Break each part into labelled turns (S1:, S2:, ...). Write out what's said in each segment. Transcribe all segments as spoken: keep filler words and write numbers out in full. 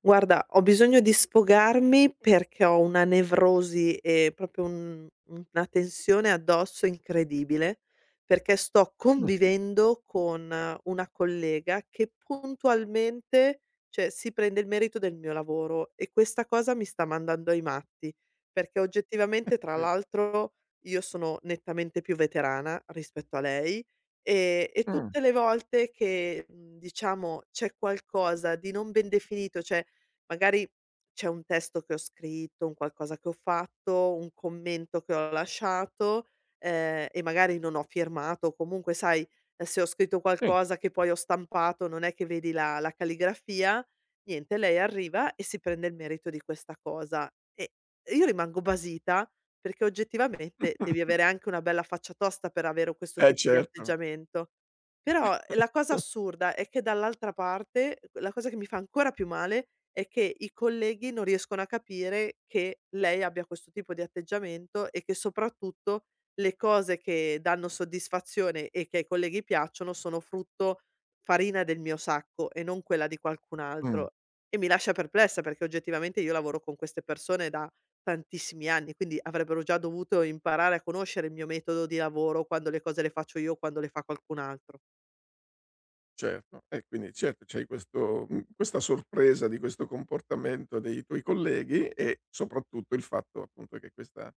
S1: Guarda, ho bisogno di sfogarmi perché ho una nevrosi e proprio un una tensione addosso incredibile, perché sto
S2: Mh,
S1: convivendo con eh, una collega che puntualmente, cioè, si prende il merito del mio lavoro e questa cosa mi sta mandando ai matti, perché oggettivamente, tra
S2: mh,
S1: l'altro, io sono nettamente più veterana rispetto a lei, ehm, e
S2: mh,
S1: tutte le volte che, mhmm, diciamo c'è qualcosa di non ben definito, cioè magari c'è un testo che ho scritto, un qualcosa che ho fatto, un commento che ho lasciato, ehm, e magari non ho firmato, o comunque sai, eh, se ho scritto
S2: sì,
S1: qualcosa che poi ho stampato, non è che vedi la la calligrafia, niente, lei arriva e si prende il merito di questa cosa. E io rimango basita, perché oggettivamente devi avere anche una bella faccia tosta per avere questo
S2: eh
S1: tipo di
S2: certo,
S1: atteggiamento. Però eh, la cosa assurda è che dall'altra parte, la cosa che mi fa ancora più male, è che i colleghi non riescono a capire che lei abbia questo tipo di atteggiamento e che soprattutto le cose che danno soddisfazione e che ai colleghi piacciono sono frutto farina del mio sacco e non quella di qualcun
S2: mh,
S1: altro. E mi lascia perplessa perché oggettivamente io lavoro con queste persone da tantissimi anni, quindi avrebbero già dovuto imparare a conoscere il mio metodo di lavoro, quando le cose le faccio io, quando le fa qualcun altro.
S2: certo. E quindi certo c'hai questo mhmm, questa sorpresa di questo comportamento dei tuoi colleghi e soprattutto il fatto appunto che questa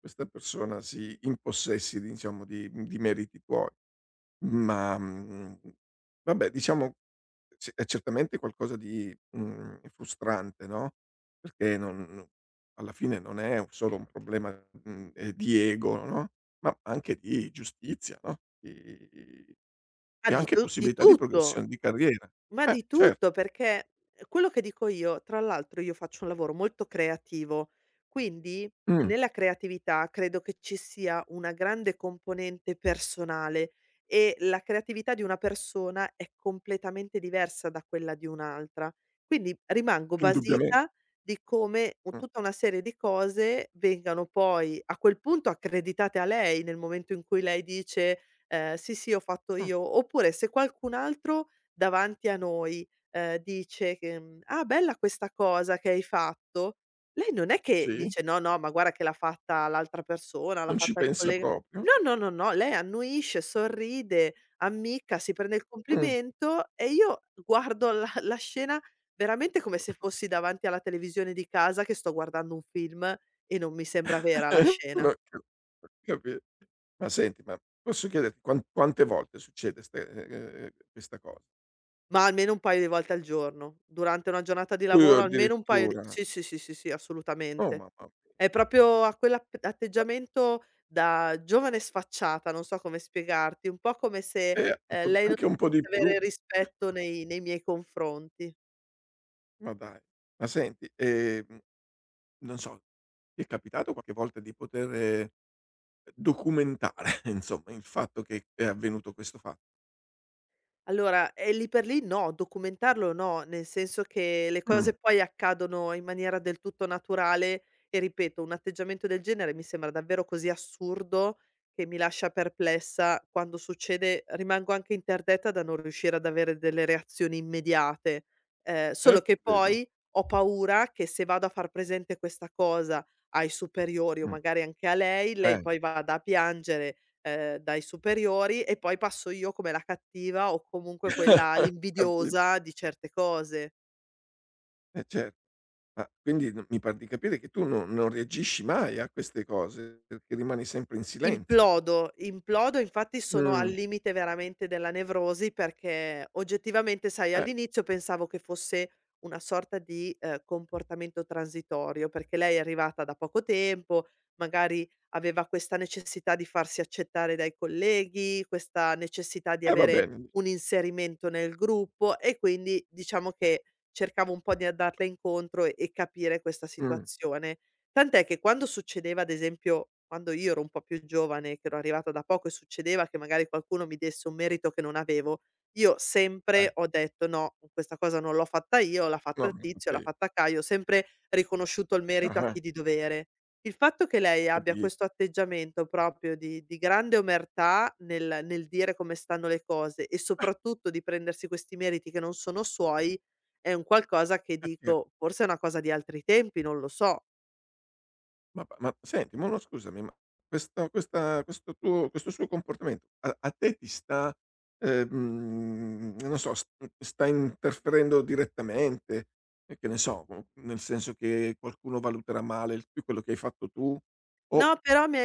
S2: questa persona si impossessi diciamo di mhmm, di meriti tuoi. Ma, mhmm, Vabbè, diciamo sì, è certamente qualcosa di mhmm, frustrante, no, perché non alla fine non è solo un problema mhmm, ehm, di ego, no, ma anche di giustizia, no, di
S1: Ah,
S2: e
S1: di
S2: anche
S1: tu di
S2: possibilità di
S1: tutto!
S2: progressione di carriera.
S1: Ma
S2: Eh,
S1: di
S2: cer
S1: tutto, perché quello che dico io tra l'altro io faccio un lavoro molto creativo, quindi
S2: mh,
S1: nella creatività credo che ci sia una grande componente personale e la creatività di una persona è completamente diversa da quella di un'altra. Quindi rimango
S2: Indubbiamente.
S1: basita di come u
S2: Mh,
S1: tutta una serie di cose vengano poi a quel punto accreditate a lei, nel momento in cui lei dice, ehm: "Sì, sì, ho fatto
S2: mh,
S1: io", oppure se qualcun altro davanti a noi, ehm, dice che, mhmm: "Ah, bella questa cosa che hai fatto", lei non è che
S2: sì,
S1: dice: "No, no, ma guarda che l'ha fatta l'altra persona, l'ha
S2: non ci
S1: fatta il
S2: pensa
S1: collega".
S2: proprio.
S1: No, no, no, no, lei annuisce, sorride, ammicca, si prende il
S2: Mh.
S1: complimento e io guardo la la scena veramente come se fossi davanti alla televisione di casa che sto guardando un film e non mi sembra vera la scena.
S2: No, ca capi Ma senti, ma posso chiederti quan quante volte succede ste ehm, ehm, questa cosa?
S1: Ma almeno un paio di volte al giorno. Durante una giornata di
S2: Uh,
S1: lavoro almeno un paio di
S2: addirittura.
S1: sì, sì, sì, sì, sì,
S2: Oh
S1: assolutamente.
S2: mamma mia.
S1: È proprio ha quell'app atteggiamento da giovane sfacciata, non so come spiegarti, un po' come se,
S2: Eh, un po'
S1: ehm,
S2: di
S1: lei non
S2: anche un po' di
S1: dovesse
S2: più,
S1: avere rispetto nei nei miei confronti.
S2: ma dai. Ma senti, ehm, non so, ti è capitato qualche volta di poter ehm, documentare insomma il fatto che è avvenuto questo fa
S1: Allora, ehm, lì per lì no, documentarlo no, nel senso che le
S2: Mh.
S1: cose poi accadono in maniera del tutto naturale e ripeto, un atteggiamento del genere mi sembra davvero così assurdo che mi lascia perplessa. Quando succede rimango anche interdetta da non riuscire ad avere delle reazioni immediate. Ehm,
S2: Eh,
S1: solo
S2: ti
S1: che
S2: credo.
S1: poi ho paura che se vado a far presente questa cosa ai superiori o
S2: Mh.
S1: magari anche a lei, lei
S2: Eh.
S1: poi vada a piangere ehm, dai superiori e poi passo io come la cattiva o comunque quella
S2: Capi
S1: l'invidiosa di certe cose.
S2: eh cer Ma quindi n mi par di capire che tu no non reagisci mai a queste cose, perché rimani sempre in silenzio.
S1: Implodo, implodo, infatti sono al
S2: Mh.
S1: limite veramente della nevrosi perché oggettivamente, sai,
S2: Eh.
S1: all'inizio pensavo che fosse una sorta di, ehm, comportamento transitorio, perché lei è arrivata da poco tempo, magari aveva questa necessità di farsi accettare dai colleghi, questa necessità di
S2: Eh vabbè,
S1: avere
S2: mhmm,
S1: un inserimento nel gruppo e quindi diciamo che cercavo un po' di andarle incontro e e capire questa
S2: mh,
S1: situazione. Tant'è che quando succedeva, ad esempio, quando io ero un po' più giovane, che ero arrivata da poco e succedeva che magari qualcuno mi desse un merito che non avevo, io sempre
S2: eh,
S1: ho detto: "No, questa cosa non l'ho fatta io, l'ha
S2: no,
S1: fatta
S2: ma
S1: Tizio,
S2: fatta
S1: l'ha
S2: io.
S1: fatta Caio", ho sempre riconosciuto il merito a
S2: Ah-ah,
S1: chi di dovere. Il fatto che
S2: ho
S1: lei abbia
S2: capi
S1: questo atteggiamento proprio di di grande omertà nel nel dire come stanno le cose e soprattutto di prendersi questi meriti che non sono suoi, è un qualcosa che dico: "Forse è una cosa di altri tempi, non lo so".
S2: ma p ma senti, ma no scusami, ma questa questa questo tuo questo suo comportamento a a te ti sta, ehm, non so, s sta interferendo direttamente? E che ne so, mhmm, nel senso che quello valuterà male il tu quello che hai fatto tu? O
S1: No, però mi ha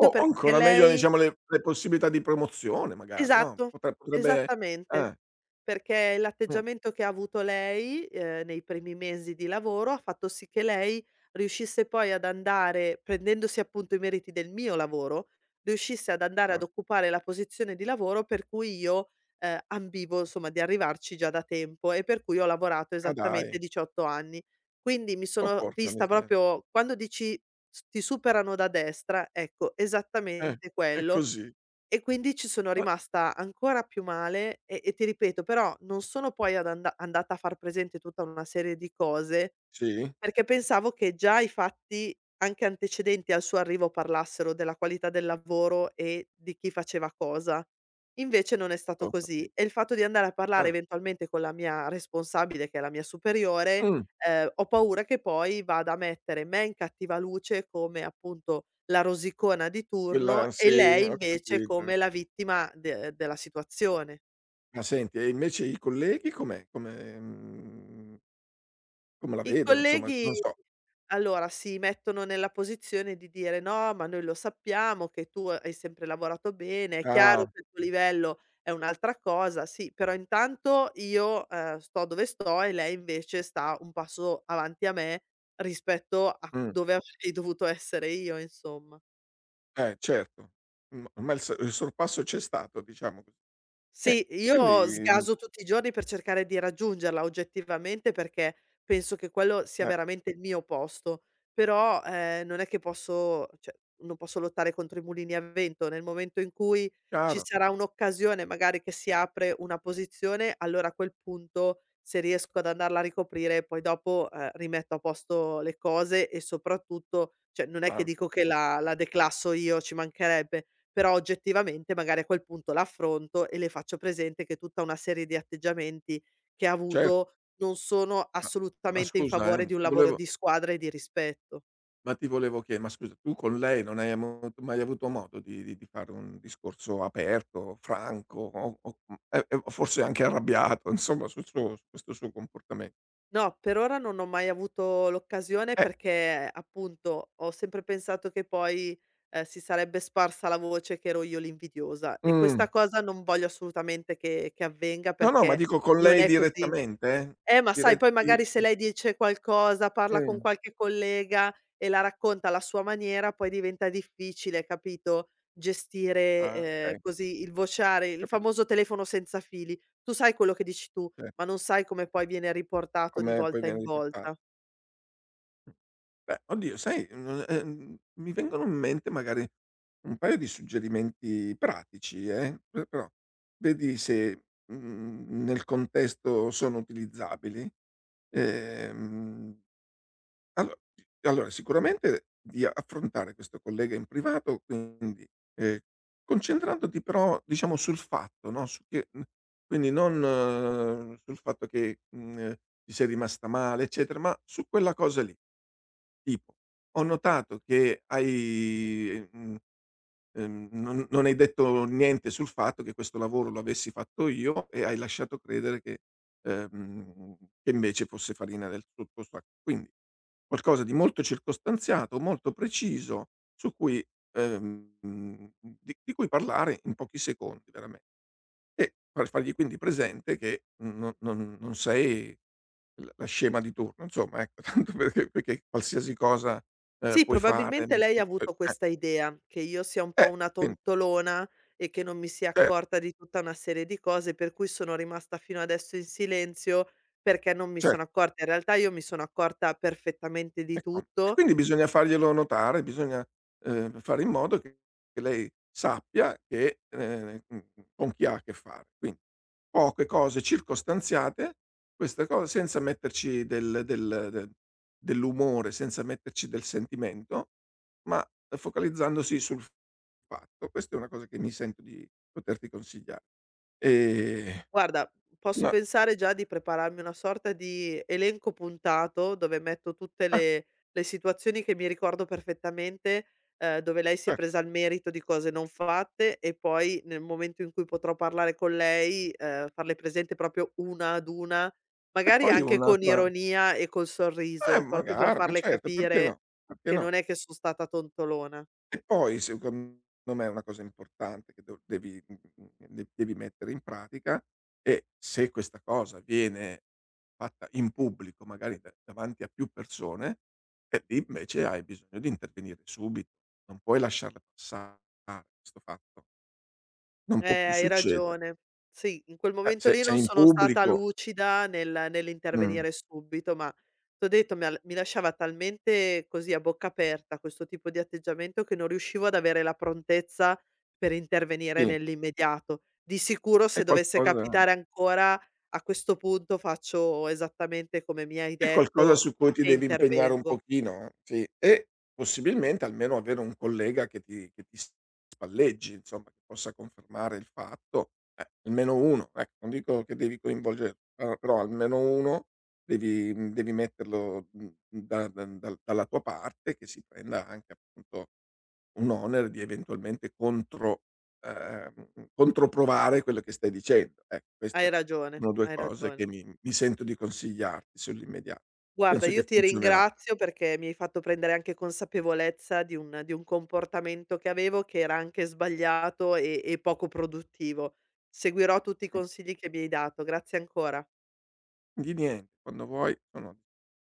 S2: o o
S1: perché
S2: ancora meglio
S1: lei
S2: diciamo le le possibilità di promozione magari, no,
S1: esatto,
S2: potre potrebbe
S1: esattamente.
S2: eh,
S1: Perché
S2: mh,
S1: l'atteggiamento che ha avuto lei, ehm, nei primi mesi di lavoro, ha fatto sì che lei riuscisse poi ad andare prendendosi appunto i meriti del mio lavoro, riuscisse ad andare ad
S2: ah,
S1: occupare la posizione di lavoro per cui io, ehm, ambivo insomma di arrivarci già da tempo e per cui ho lavorato
S2: ah
S1: esattamente
S2: dai.
S1: diciotto anni. Quindi mi
S2: Oh
S1: sono
S2: porca
S1: vista
S2: miseria.
S1: proprio quando dici s ti superano da destra, ecco,
S2: Eh,
S1: esattamente
S2: è
S1: quello
S2: così.
S1: e quindi ci sono
S2: Ma
S1: rimasta ancora più male e e ti ripeto, però non sono poi ad anda andata a far presente tutta una serie di cose,
S2: sì?
S1: perché pensavo che già i fatti, anche antecedenti al suo arrivo, parlassero della qualità del lavoro e di chi faceva cosa. Invece non è stato
S2: Ho
S1: così
S2: capito.
S1: e il fatto di andare a parlare
S2: Ah,
S1: eventualmente con la mia responsabile, che è la mia superiore,
S2: mh,
S1: ehm, ho paura che poi vada a mettere me in cattiva luce come, appunto, la rosicona di turno
S2: quella
S1: e
S2: sì,
S1: lei
S2: ho
S1: invece
S2: capito.
S1: come la vittima de della situazione.
S2: Ma senti, e invece i colleghi com'è? Come mhmm, come la
S1: I
S2: vedono? Insomma,
S1: colleghi
S2: non so.
S1: allora si mettono nella posizione di dire: "No, ma noi lo sappiamo che tu hai sempre lavorato bene, è chiaro
S2: Ah,
S1: che il tuo livello è un'altra cosa, sì, però intanto io, ehm, sto dove sto e lei invece sta un passo avanti a me rispetto a
S2: mh,
S1: dove avrei dovuto essere io", insomma.
S2: eh, certo. M ma il s il sorpasso c'è stato, diciamo così. Eh,
S1: Sì,
S2: quindi
S1: io
S2: mhmm,
S1: sgaso tutti i giorni per cercare di raggiungerla oggettivamente, perché penso che quello sia
S2: eh,
S1: veramente il mio posto, però, ehm, non è che posso cioè, non posso lottare contro i mulini a vento. Nel momento in cui ci
S2: chiaro,
S1: sarà un'occasione, magari che si apre una posizione, allora a quel punto, se riesco ad andarla a ricoprire, poi dopo, ehm, rimetto a posto le cose e soprattutto cioè, non è che
S2: ma
S1: dico che la la declasso io, ci mancherebbe, però oggettivamente magari a quel punto l'affronto e le faccio presente che tutta una serie di atteggiamenti che ha
S2: certo,
S1: avuto non sono
S2: ma ma
S1: assolutamente in
S2: scusa,
S1: favore
S2: eh,
S1: di un
S2: ti
S1: lavoro
S2: volevo
S1: di squadra e di rispetto.
S2: Ma Ti volevo chie ma scusa, tu con lei non hai amo mai avuto modo di di di fare un discorso aperto, franco o o mhmm, e e forse anche arrabbiato, insomma, sul suo su questo suo comportamen
S1: No, per ora non ho mai avuto l'occasione
S2: Eh,
S1: perché appunto ho sempre pensato che poi, ehm, si sarebbe sparsa la voce che ero io l'invidiosa e questa
S2: mh.
S1: cosa non voglio assolutamente che che avvenga
S2: No, no, ma
S1: perché
S2: dico con
S1: non
S2: lei
S1: è così.
S2: direttamente? Eh?
S1: Eh, ma sai poi
S2: Diretti
S1: magari se lei dice qualcosa, parla con
S2: mh.
S1: qualche collega e la racconta alla sua maniera, poi diventa difficile, capito, gestire,
S2: Ah,
S1: ehm,
S2: okay.
S1: così il vociare, il
S2: Capi
S1: famoso telefono senza fili. Tu sai quello che dici tu,
S2: cioè,
S1: ma non sai come poi viene riportato di
S2: come poi
S1: volta
S2: viene
S1: in
S2: riporta
S1: volta.
S2: beh, oddio sai, non ehm, mi vengono in mente magari un paio di suggerimenti pratici, eh, pe però vedi se mhmm, nel contesto sono utilizzabili. Ehm, allo allora, sicuramente di affrontare questo collega in privato, quindi ehm, concentrandoti però diciamo sul fatto, no, su che mhmm, quindi non, eh, sul fatto che mhmm, ti sei rimasta male eccetera, ma su quella cosa lì. Tipo: "Ho notato che hai mhmm, Ehm, non non hai detto niente sul fatto che questo lavoro lo avessi fatto io e hai lasciato credere che ehm, che invece fosse farina del sul tuo sacco." Quindi qualcosa di molto circostanziato, molto preciso, su cui ehm, di di cui parlare in pochi secondi veramente. E far fargli quindi presente che non non non sei l la scema di turno, insomma, ecco, tanto perché, perché qualsiasi cosa ehm,
S1: Sì,
S2: puoi fare
S1: probabilmente
S2: mi,
S1: lei ha avuto
S2: eh,
S1: questa idea, che io sia un po'
S2: eh,
S1: una
S2: quindi
S1: tontolona e che non mi sia
S2: ce
S1: accorta di tutta una serie di cose, per cui sono rimasta fino adesso in silenzio perché non mi
S2: Cer
S1: sono accorta. In realtà io mi sono accorta perfettamente di
S2: e com e
S1: tutto.
S2: quindi bisogna farglielo notare, bisogna ehm, fare in modo che che lei sappia che ehm, mhmm, con chi ha a che fare. Quindi poche cose circostanziate, questa co senza metterci del del del dell'umore, senza metterci del sentimento, ma focalizzandosi sul fatto. Questa è una cosa che mi sento di poterti consigliare. Ehm,
S1: Guarda, posso
S2: una
S1: pensare già di prepararmi una sorta di elenco puntato dove metto tutte
S2: ah,
S1: le le situazioni che mi ricordo perfettamente, ehm, dove lei si è
S2: cer
S1: presa il merito di cose non fatte e poi nel momento in cui potrò parlare con lei, ehm, farle presente proprio una ad una,
S2: e
S1: magari
S2: Poi
S1: anche con
S2: un'altra,
S1: ironia e col
S2: eh,
S1: sorriso, proprio per
S2: magari, ma
S1: farle
S2: certo, perché
S1: capire
S2: no, perché
S1: che
S2: no.
S1: non è che son stata tontolona.
S2: E poi secondo me una cosa importante che do devi, mhmm, de devi mettere in pratica è se questa cosa viene fatta in pubblico, magari da davanti a più persone, e lì invece hai bisogno di intervenire subito, non puoi lasciarla passare questo fatto, non
S1: Eh,
S2: può più
S1: hai
S2: succedere.
S1: ragione. Sì, in quel
S2: Eh,
S1: momento
S2: se
S1: lì
S2: se è
S1: non
S2: in
S1: sono stata
S2: pubblico,
S1: lucida nel
S2: mh,
S1: nell'intervenire subito, ma t'ho detto mi ha mi lasciava talmente così a bocca aperta questo tipo di atteggiamento che non riuscivo ad avere la prontezza per intervenire
S2: sì,
S1: nell'immediato. Di sicuro
S2: è
S1: se dovesse
S2: qualcosa.
S1: capitare ancora, a questo punto faccio esattamente come mi hai
S2: È qualcosa
S1: detto
S2: su cui ti
S1: e
S2: devi impegnare un
S1: intervengo.
S2: pochino, eh, sì, e possibilmente almeno avere un collega che ti che ti spalleggi, insomma, che possa confermare il fatto, eh, almeno uno, ecco, non dico che devi coinvolgere, però però almeno uno devi, mhmm, devi metterlo, mhmm, da da dal dalla tua parte, che si prenda anche appunto un onere di eventualmente contro ehm, controprovare quello che stai dicendo, ecco, questo
S1: Hai ragione,
S2: sono due
S1: hai
S2: cose che
S1: ragione.
S2: mi mi sento di consigliarti sull'immediato.
S1: Guarda,
S2: Penso che
S1: io ti
S2: funzionerà.
S1: ringrazio perché mi hai fatto prendere anche consapevolezza di un di un comportamento che avevo, che era anche sbagliato e e poco produttivo. Seguirò tutti i
S2: Mh.
S1: consigli che mi hai dato. Grazie ancora.
S2: Di niente, quando vuoi sono